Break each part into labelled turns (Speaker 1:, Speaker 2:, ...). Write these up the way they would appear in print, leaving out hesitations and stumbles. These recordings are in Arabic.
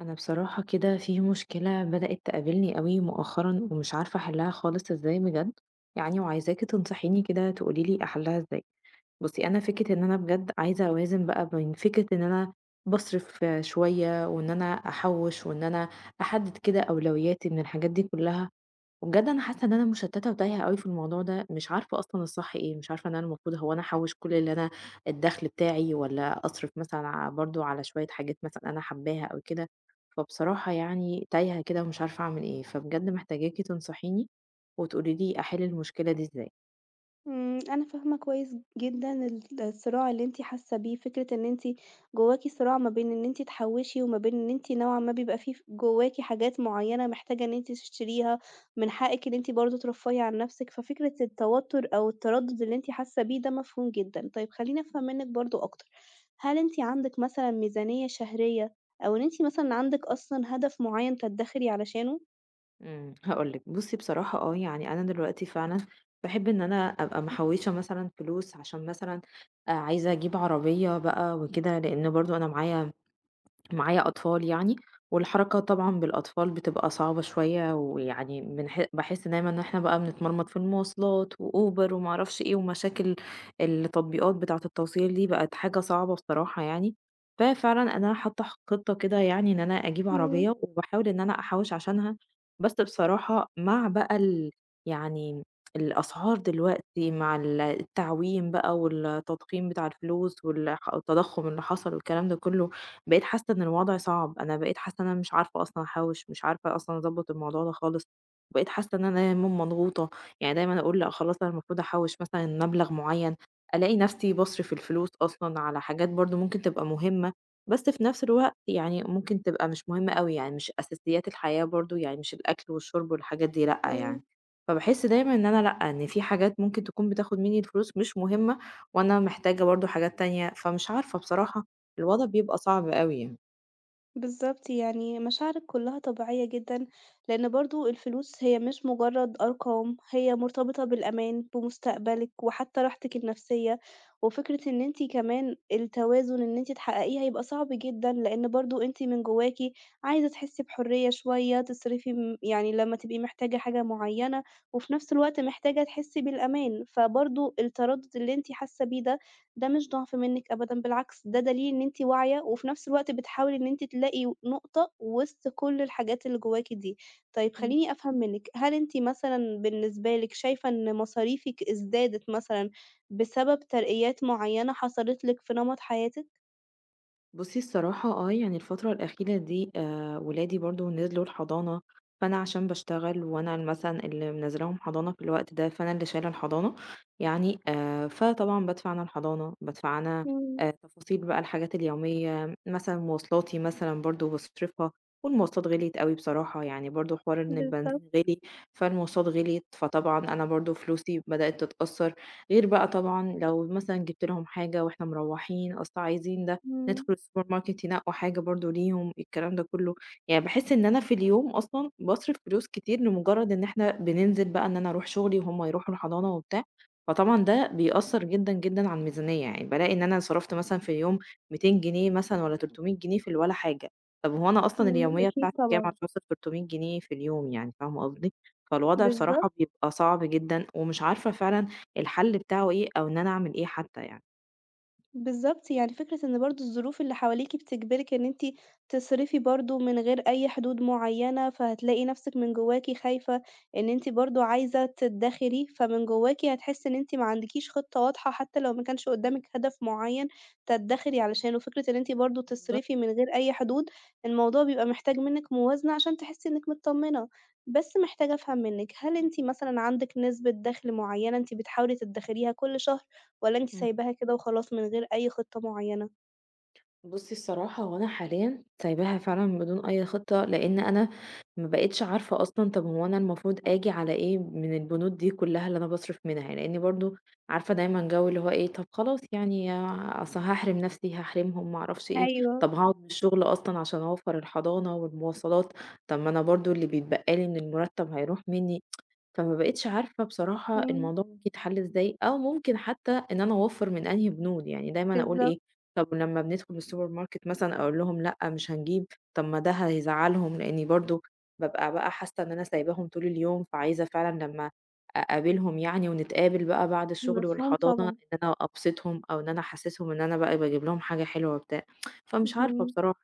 Speaker 1: انا بصراحة كده في مشكلة بدأت تقابلني قوي مؤخرا ومش عارفة احلها خالص ازاي بجد، يعني وعايزاكي تنصحيني كده تقوليلي احلها ازاي. بصي انا فكرة ان انا بجد عايزة اوازن بقى بين فكرة ان انا بصرف شوية، وان انا احوش، وان انا احدد كده اولوياتي من الحاجات دي كلها. وبجد أنا حاسة إن أنا مشتتة وتايهة أوي في الموضوع ده، مش عارفة أصلًا الصح إيه، مش عارفة إن أنا المفروض هو أنا أحوّش كل اللي أنا الدخل بتاعي، والّا أصرف مثلًا برضه على شوية حاجات مثلًا أنا حاباها أو كده. فبصراحة يعني تايهة كده ومش عارفة أعمل إيه، فبجد محتاجاكِ تنصحيني وتقولي لي أحل المشكلة دي إزاي.
Speaker 2: أنا فاهمة كويس جدًا الصراع اللي أنتِ حاسة بيه، فكرة إن أنتِ جواكِ صراع ما بين إن أنتِ تحوّشي وما بين إن أنتِ نوعًا ما بيبقى في جواكِ حاجات معيّنة محتاجة إن أنتِ تشتريها، من حقِّك إن أنتِ برضه ترفّهي عن نَفْسِك، ففكرة التوتُّر أو التردُّد اللي أنتِ حاسة بيه ده مفهوم جدًا. طيب خلّيني أفهم منِّك برضه أكتر، هل أنتِ عندِك مثلًا ميزانية شهرية أو إن أنتِ مثلًا عندِك أصلًا هدف معيّن تدّخري علشانه؟
Speaker 1: هاقول لِك بُصّي بصراحة آه، يعني أنا دلوقتي فعلًا باحب إن أنا أبقى محوّشة مثلًا فلوس عشان مثلًا عايزة أجيب عربية بقى وكده، لإن برضه أنا معايا أطفال يعني. والحركة طبعًا بالأطفال بتبقى صعبة شوية، ويعني باحس دايمًا إن إحنا بقى بنتمرمط في المواصلات وUber وما أعرفش إيه، ومشاكل التطبيقات بتاعة التوصيل دي بقت حاجة صعبة بصراحة يعني. ففعلًا أنا حاطة خطة كده يعني إن أنا أجيب
Speaker 2: مم،
Speaker 1: عربية، وباحاول إن أنا أحوّش عشانها. بس بصراحة مع بقى يعني الأسعار دلوقتي مع التعويم بقى والتضخيم بتاع الفلوس التضخم اللي حصل والكلام ده كله، بقيت حاسة إن الوضع صعب، أنا بقيت حاسة إن أنا مش عارفة أصلًا أحوِّش، مش عارفة أصلًا أضبّط الموضوع ده خالص، بقيت حاسة إن أنا دايمًا مضغوطة، يعني دايمًا أقول لأ خلاص أنا المفروض أحوِّش مثلًا مبلغ معيّن، ألاقي نفسي باصرف الفلوس أصلًا على حاجات برضه ممكن تبقى مهمة، بس في نفس الوقت يعني ممكن تبقى مش مهمة أوي، يعني مش أساسيات الحياة برضه، يعني مش الأكل والشرب والحاجات دي لأ
Speaker 2: مم.
Speaker 1: يعني. فباحس دايمًا إن أنا لأ، إن في حاجات ممكن تكون بتاخد منّي الفلوس مش مهمة وأنا محتاجة برضه حاجات تانية، فمش عارفة بصراحة الوضع بيبقى صعب أوي يعني.
Speaker 2: بالضبط، يعني مشاعرِك كلّها طبيعية جدًا، لإن برضه الفلوس هي مش مجرّد أرقام، هي مرتبطة بالأمان، بمستقبلِك، وحتى راحتِك النفسية، وفكرة إن أنتِ كمان التوازن إن أنتِ تحققيه هيبقى صعب جدًا، لإن برضه أنتِ من جواكِ عايزة تحسّي بحرية شوية، تصرفي يعني لمّا تبقي محتاجة حاجة معيّنة، وفي نفس الوقت محتاجة تحسّي بالأمان، فبرضه التردد اللي أنتِ حاسة بيه ده مش ضعف منِّك أبدًا، بالعكس ده دليل إن أنتِ واعية، وفي نفس الوقت بتحاولي إن أنتِ تلاقي نقطة وسط كل الحاجات اللي جواكِ دي. طيب
Speaker 1: إمم.
Speaker 2: خلّيني أفهم منِّك، هل أنتِ مثلًا بالنسبة لِك شايفة إن مصاريفِك ازدادت مثلًا بسبب ترقيات معيّنة حصلت لِك في نمط حياتِك؟
Speaker 1: بُصّي الصراحة آه، يعني الفترة الأخيرة دي ولادي برضه نزلوا الحضانة، فأنا عشان باشتغل وأنا مثلًا اللي منزّلاهم حضانة في الوقت ده، فأنا اللي شايلة الحضانة، يعني فطبعًا بادفع أنا الحضانة، بادفع أنا
Speaker 2: إمم،
Speaker 1: تفاصيل بقى الحاجات اليومية، مثلًا مواصلاتي مثلًا برضه باصرفها. والمواصلات غليت أوي بصراحة، يعني برضه حوار إن
Speaker 2: بالضبط،
Speaker 1: البنزين غِلي، فالمواصلات غليت، فطبعًا أنا برضه فلوسي بدأت تتأثّر، غير بقى طبعًا لو مثلًا جِبت لهم حاجة وإحنا مروّحين، أصل عايزين
Speaker 2: إمم،
Speaker 1: ندخل السوبر ماركت ينقوا حاجة برضه ليهم، الكلام ده كله. يعني باحس إن أنا في اليوم أصلًا باصرف فلوس كتير لمجرد إن إحنا بننزل بقى إن أنا أروح شغلي وهُم يروحوا الحضانة وبتاع، فطبعًا ده بيأثّر جدًا، جدًا على الميزانية، يعني بالاقي إن أنا صرفت مثلًا في اليوم 200 جنيه مثلًا والّا 300 جنيه في الولا حاجة. طب هو أنا
Speaker 2: إمم،
Speaker 1: أصلًا
Speaker 2: إمم.
Speaker 1: اليومية
Speaker 2: أكيد
Speaker 1: بتاعتي كام
Speaker 2: طبعًا.
Speaker 1: عشان أصرف 300 جنيه في اليوم يعني، فاهمة قصدي؟ فالوضع
Speaker 2: بالضبط.
Speaker 1: بصراحة بيبقى صعب جدًا، ومش عارفة فعلًا الحل بتاعه إيه أو إن أنا أعمل إيه حتى يعني.
Speaker 2: بالضبط، يعني فكرة إن برضه الظروف اللي حواليكِ بتجبرِك إن أنتِ تصرفي برضه من غير أي حدود معيّنة، فهتلاقي نفسِك من جواكِ خايفة إن أنتِ برضه عايزة تدخري، فمن جواكِ هتحسي إن أنتِ ما عندكيش خطة واضحة حتى لو ما كانش قدامِك هدف معيّن تدخري علشانه، فكرة إن أنتِ برضه
Speaker 1: بالضبط،
Speaker 2: تصرفي من غير أي حدود، الموضوع بيبقى محتاج منِك موازنة عشان تحسي إنِك متطمنة. بس محتاجة أفهم منِك، هل أنتِ مثلًا عندِك نسبة دخل معيّنة أنتِ بتحاولي تدخريها كل شهر؟ والّا أنتِ
Speaker 1: إمم.
Speaker 2: سايباها كده وخلاص من غير أي خطة معيّنة؟
Speaker 1: بُصّي الصراحة هو أنا حاليًا سايباها فعلًا بدون أي خطة، لإن أنا ما بقيتش عارفة أصلًا طب هو أنا المفروض آجي على إيه من البنود دي كلّها اللي أنا باصرف منها، يعني لإني برضه عارفة دايمًا جو اللي هو إيه طب خلاص يعني أصل هاحرم نفسي، هاحرمهم، ما أعرفش إيه.
Speaker 2: أيوه،
Speaker 1: طب هاقعد من الشغل أصلًا عشان أوفّر الحضانة والمواصلات، طب ما أنا برضه اللي بيتبقى لي من المرتب هيروح منّي. فما بقيتش عارفة بصراحة
Speaker 2: إمم،
Speaker 1: الموضوع ممكن يتحل إزاي أو ممكن حتى إن أنا أوفّر من أنهي بنود، يعني دايمًا أقول إيه،
Speaker 2: بالضبط،
Speaker 1: طب لمّا بندخل السوبر ماركت مثلًا أقول لهم لأ مش هنجيب، طب ما ده هيزعّلهم لإني برضه بابقى بقى حاسة إن أنا سايباهم طول اليوم، فعايزة فعلًا لمّا أقابلهم يعني ونتقابل بقى بعد الشغل
Speaker 2: مفهوم
Speaker 1: والحضانة
Speaker 2: طبعًا،
Speaker 1: إن أنا أبسطهم أو إن أنا أحسسهم إن أنا بقى باجيب لهم حاجة حلوة وبتاع، فمش عارفة
Speaker 2: اهم.
Speaker 1: بصراحة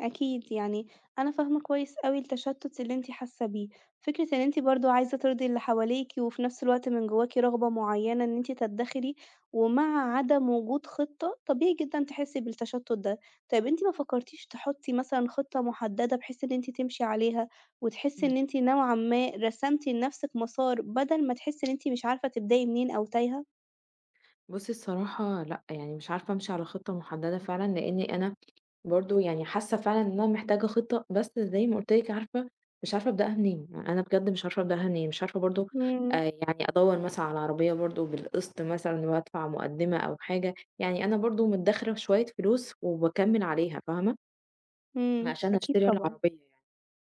Speaker 2: أكيد يعني أنا فاهمة كويس أوي التشتت اللي أنتِ حاسة بيه، فكرة إن أنتِ برضه عايزة ترضي اللي حواليكِ، وفي نفس الوقت من جواكِ رغبة معينة إن أنتِ تدخري، ومع عدم وجود خطة طبيعي جدًا تحسي بالتشتت ده. طيب أنتِ ما فكرتيش تحطي مثلًا خطة محددة بحيث إن أنتِ تمشي عليها، وتحسي
Speaker 1: يعني.
Speaker 2: إن أنتِ نوعًا ما رسمتِ لنفسِك مسار بدل ما تحسي إن أنتِ مش عارفة تبدأي منين أو تايهة؟
Speaker 1: بُصّي الصراحة لأ، يعني مش عارفة أمشي على خطة محددة فعلًا، لإني أنا برضه يعني حاسة فعلًا إن أنا محتاجة خطة، بس زي ما قُلت لِك مش عارفة أبدأها منين، يعني أنا بجد مش عارفة أبدأها منين، مش عارفة برضه
Speaker 2: إمم،
Speaker 1: يعني أدوّر مثلًا على عربية برضه بالقسط مثلًا وأدفع مقدمة أو حاجة، يعني أنا برضه مدخرة شوية فلوس وباكمّل عليها فاهمة،
Speaker 2: إمم،
Speaker 1: عشان
Speaker 2: أكيد
Speaker 1: أشتري
Speaker 2: طبعًا،
Speaker 1: العربية يعني.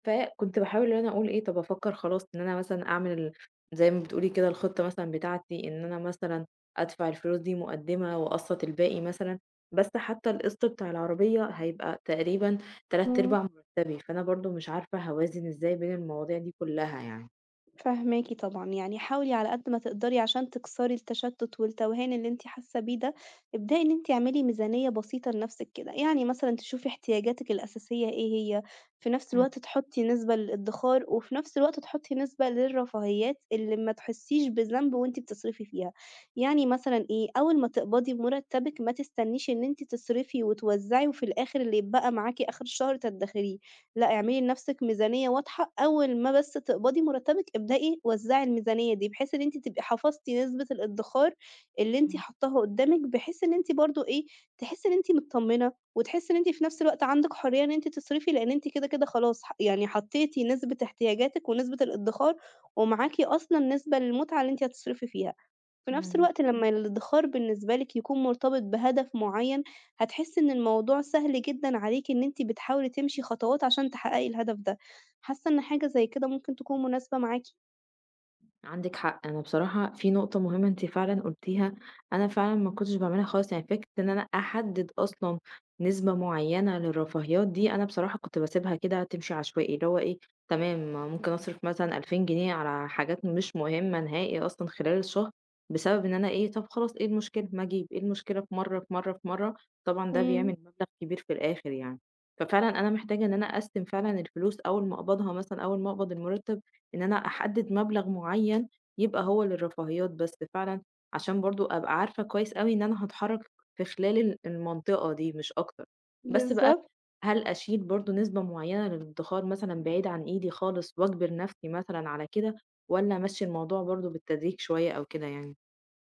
Speaker 1: فكنت باحاول إن أنا أقول إيه، طَب أفكّر خلاص إن أنا مثلًا أعمل زي ما بتقولي كده الخطة مثلًا بتاعتي، إن أنا مثلًا أدفع الفلوس دي مُقدِّمة وأقسّط الباقي مثلًا. بس حتى القسط بتاع العربية هيبقى تقريبًا
Speaker 2: إمم.
Speaker 1: 3/4 مرتبي، فأنا برضه مش عارفة هاوازن إزاي بين المواضيع دي كلّها يعني.
Speaker 2: فاهماكِ طبعًا، يعني حاولي على قد ما تقدري عشان تكسري التشتُّت والتوهان اللي أنتِ حاسة بيه ده، ابدئي إن أنتِ اعملي ميزانية بسيطة لنفسِك كده، يعني مثلًا تشوفي احتياجاتِك الأساسية إيه هي، في نفس
Speaker 1: إمم،
Speaker 2: الوقت تحطّي نسبة للإدخار، وفي نفس الوقت تحطّي نسبة للرفاهيات اللي ما تحسّيش بذنب وأنتِ بتصرفي فيها، يعني مثلًا إيه، أول ما تقبضي بمرتّبِك ما تستنيش إن أنتِ تصرفي وتوزّعي وفي الآخر اللي يتبقى معاكِ آخر الشهر تدّخريه، لأ، اعملي لنفسِك ميزانية واضحة، أول ما بس تقبضي مرتبِك ابدئي وزعي الميزانية دي، بحيث إن أنتِ تبقي حفظتِ نسبة الادخار اللي أنتِ
Speaker 1: إمم،
Speaker 2: حاطاها قدامِك، بحيث إن أنتِ برضه إيه، تحسي إن أنتِ متطمنة، وتحسي إن أنتِ في نفس الوقت عندِك حرية إن أنتِ تصرفي، لأن أنتِ كده كده خلاص يعني حطيتِ نسبة احتياجاتِك ونسبة الادخار، ومعاكِ أصلًا نسبة للمتعة اللي أنتِ هتصرفي فيها. في نفس
Speaker 1: إمم.
Speaker 2: الوقت لمّا الادخار بالنسبة لِك يكون مرتبط بهدف معيّن، هتحسّي إن الموضوع سهل جدًا عليكِ إن أنتِ بتحاولي تمشي خطوات عشان تحققي الهدف ده. حاسة إن حاجة زي كده ممكن تكون مناسبة معاكِ؟
Speaker 1: عندِك حق، أنا بصراحة في نقطة مهمة أنتِ فعلًا قُلتيها، أنا فعلًا ما كنتش باعملها خالص، يعني فكرة إن أنا أحدد أصلًا نسبة معيّنة للرفاهيات دي، أنا بصراحة كنت باسيبها كده تمشي عشوائي، اللي هو إيه، تمام ممكن أصرف مثلًا 2000 جنيه على حاجات مش مهمة نهائي أصلًا خلال الشهر، بسبب إن أنا إيه، طب خلاص إيه المشكلة، ما أجيب، إيه المشكلة في مرة، في مرة، في مرة، طبعًا ده
Speaker 2: إمم،
Speaker 1: بيعمل مبلغ كبير في الآخر يعني. ففعلًا أنا محتاجة إن أنا أقسّم فعلًا الفلوس أول ما أقبضها مثلًا، أول ما أقبض المرتب إن أنا أحدد مبلغ معين يبقى هو للرفاهيات بس فعلًا، عشان برضه أبقى عارفة كويس أوي إن أنا هاتحرك في خلال المنطقة دي مش أكتر. بس بقى
Speaker 2: بالضبط.
Speaker 1: هل أشيل برضه نسبة معينة للادخار مثلًا بعيد عن إيدي خالص وأجبر نفسي مثلًا على كده، والّا أمشّي الموضوع برضه بالتدريج شوية أو كده يعني؟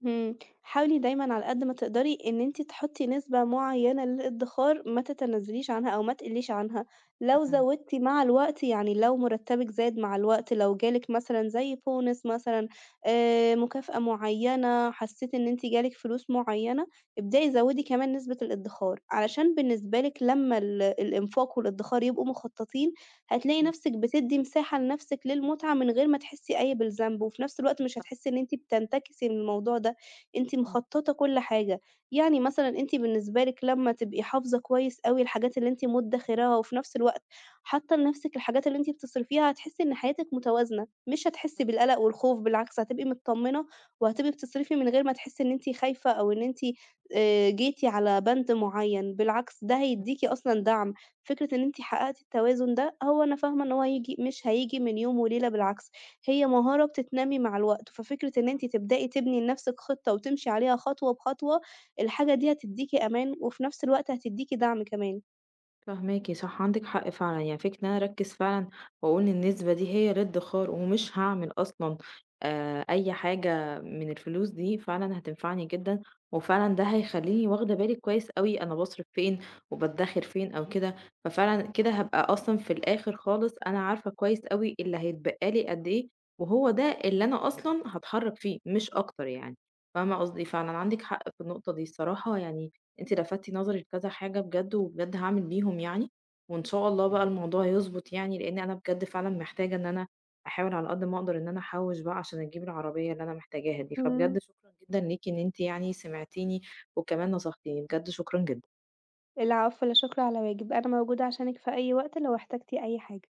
Speaker 2: إمم، حاولي دايمًا على قد ما تقدري إن أنتِ تحطّي نسبة معيّنة للإدخار ما تتنازليش عنها أو ما تقلّيش عنها، لو
Speaker 1: إمم،
Speaker 2: زوّدتِ مع الوقت يعني لو مرتّبِك زاد مع الوقت، لو جالِك مثلًا زي bonus مثلًا مكافأة معيّنة، حسّيتِ إن أنتِ جالِك فلوس معيّنة، ابدئي زوّدي كمان نسبة الإدخار، علشان بالنسبة لِك لمّا الإنفاق والإدخار يبقوا مخطّطين، هتلاقي
Speaker 1: إمم،
Speaker 2: نَفْسِك بتدّي مساحة لنَفْسِك للمتعة من غير ما تحسّي أي بالذنب، وفي نَفْس الوقت مش هتحسّي إن أنتِ بتنتكسي من الموضوع ده. أنتِ
Speaker 1: إمم.
Speaker 2: مخططة كل حاجة، يعني مثلًا أنتِ بالنسبة لِك لمّا تبقي حافظة كويس أوي الحاجات اللي أنتِ مدخراها، وفي نفس الوقت حاطة لنفسِك الحاجات اللي أنتِ بتصرفيها، هتحسي إن حياتِك متوازنة، مش هتحسي بالقلق والخوف، بالعكس هتبقي متطمنة، وهتبقي بتصرفي من غير ما تحسي إن أنتِ خايفة أو إن أنتِ جيتِ على بند معين، بالعكس ده هيديكِ أصلًا دعم، فكرة إن أنتِ حققتِ التوازن ده هو أنا فاهمة إن هو هييجي مش هييجي من يوم وليلة بالعكس. هي مهارة بتتنمي مع الوقت، ففكرة إن أنتِ تبدئي تبني لنفسِك خطة وتمشي عليها خطوة بخطوة، الحاجة دي هتدّيكِ أمان وفي نفس الوقت هتدّيكِ دعم كمان.
Speaker 1: فاهماكِ صح، عندِك حق فعلًا، يعني فكرة إن أنا أركّز فعلًا وأقول إن النسبة دي هي لا ادّخار ومش هاعمل أصلًا أي حاجة من الفلوس دي، فعلًا هتنفعني جدًا، وفعلًا ده هيخلّيني واخدة بالي كويس أوي أنا باصرف فين وبادّخر فين أو كده، ففعلًا كده هابقى أصلًا في الآخر خالص أنا عارفة كويس أوي اللي هيتبقى لي قد إيه، وهو ده اللي أنا أصلًا هاتحرّك فيه مش أكتر يعني، فاهمة قصدي؟ فعلًا عندِك حق في النقطة دي الصراحة يعني أنتِ لفتِ نظري لكذا حاجة بجد، وبجد هاعمل بيهم يعني، وإن شاء الله بقى الموضوع يضبط يعني، لإن أنا بجد فعلًا محتاجة إن أنا أحاول على قد ما أقدر إن أنا أحوّش بقى عشان أجيب العربية اللي أنا محتاجاها دي،
Speaker 2: إمم،
Speaker 1: فبجد شكرًا جدًا ليكِ إن أنتِ يعني سمعتيني وكمان نصحتيني، بجد شكرًا جدًا.
Speaker 2: العفو، لا شكر على واجب، أنا موجودة عشانِك في أي وقت لو احتجتِ أي حاجة.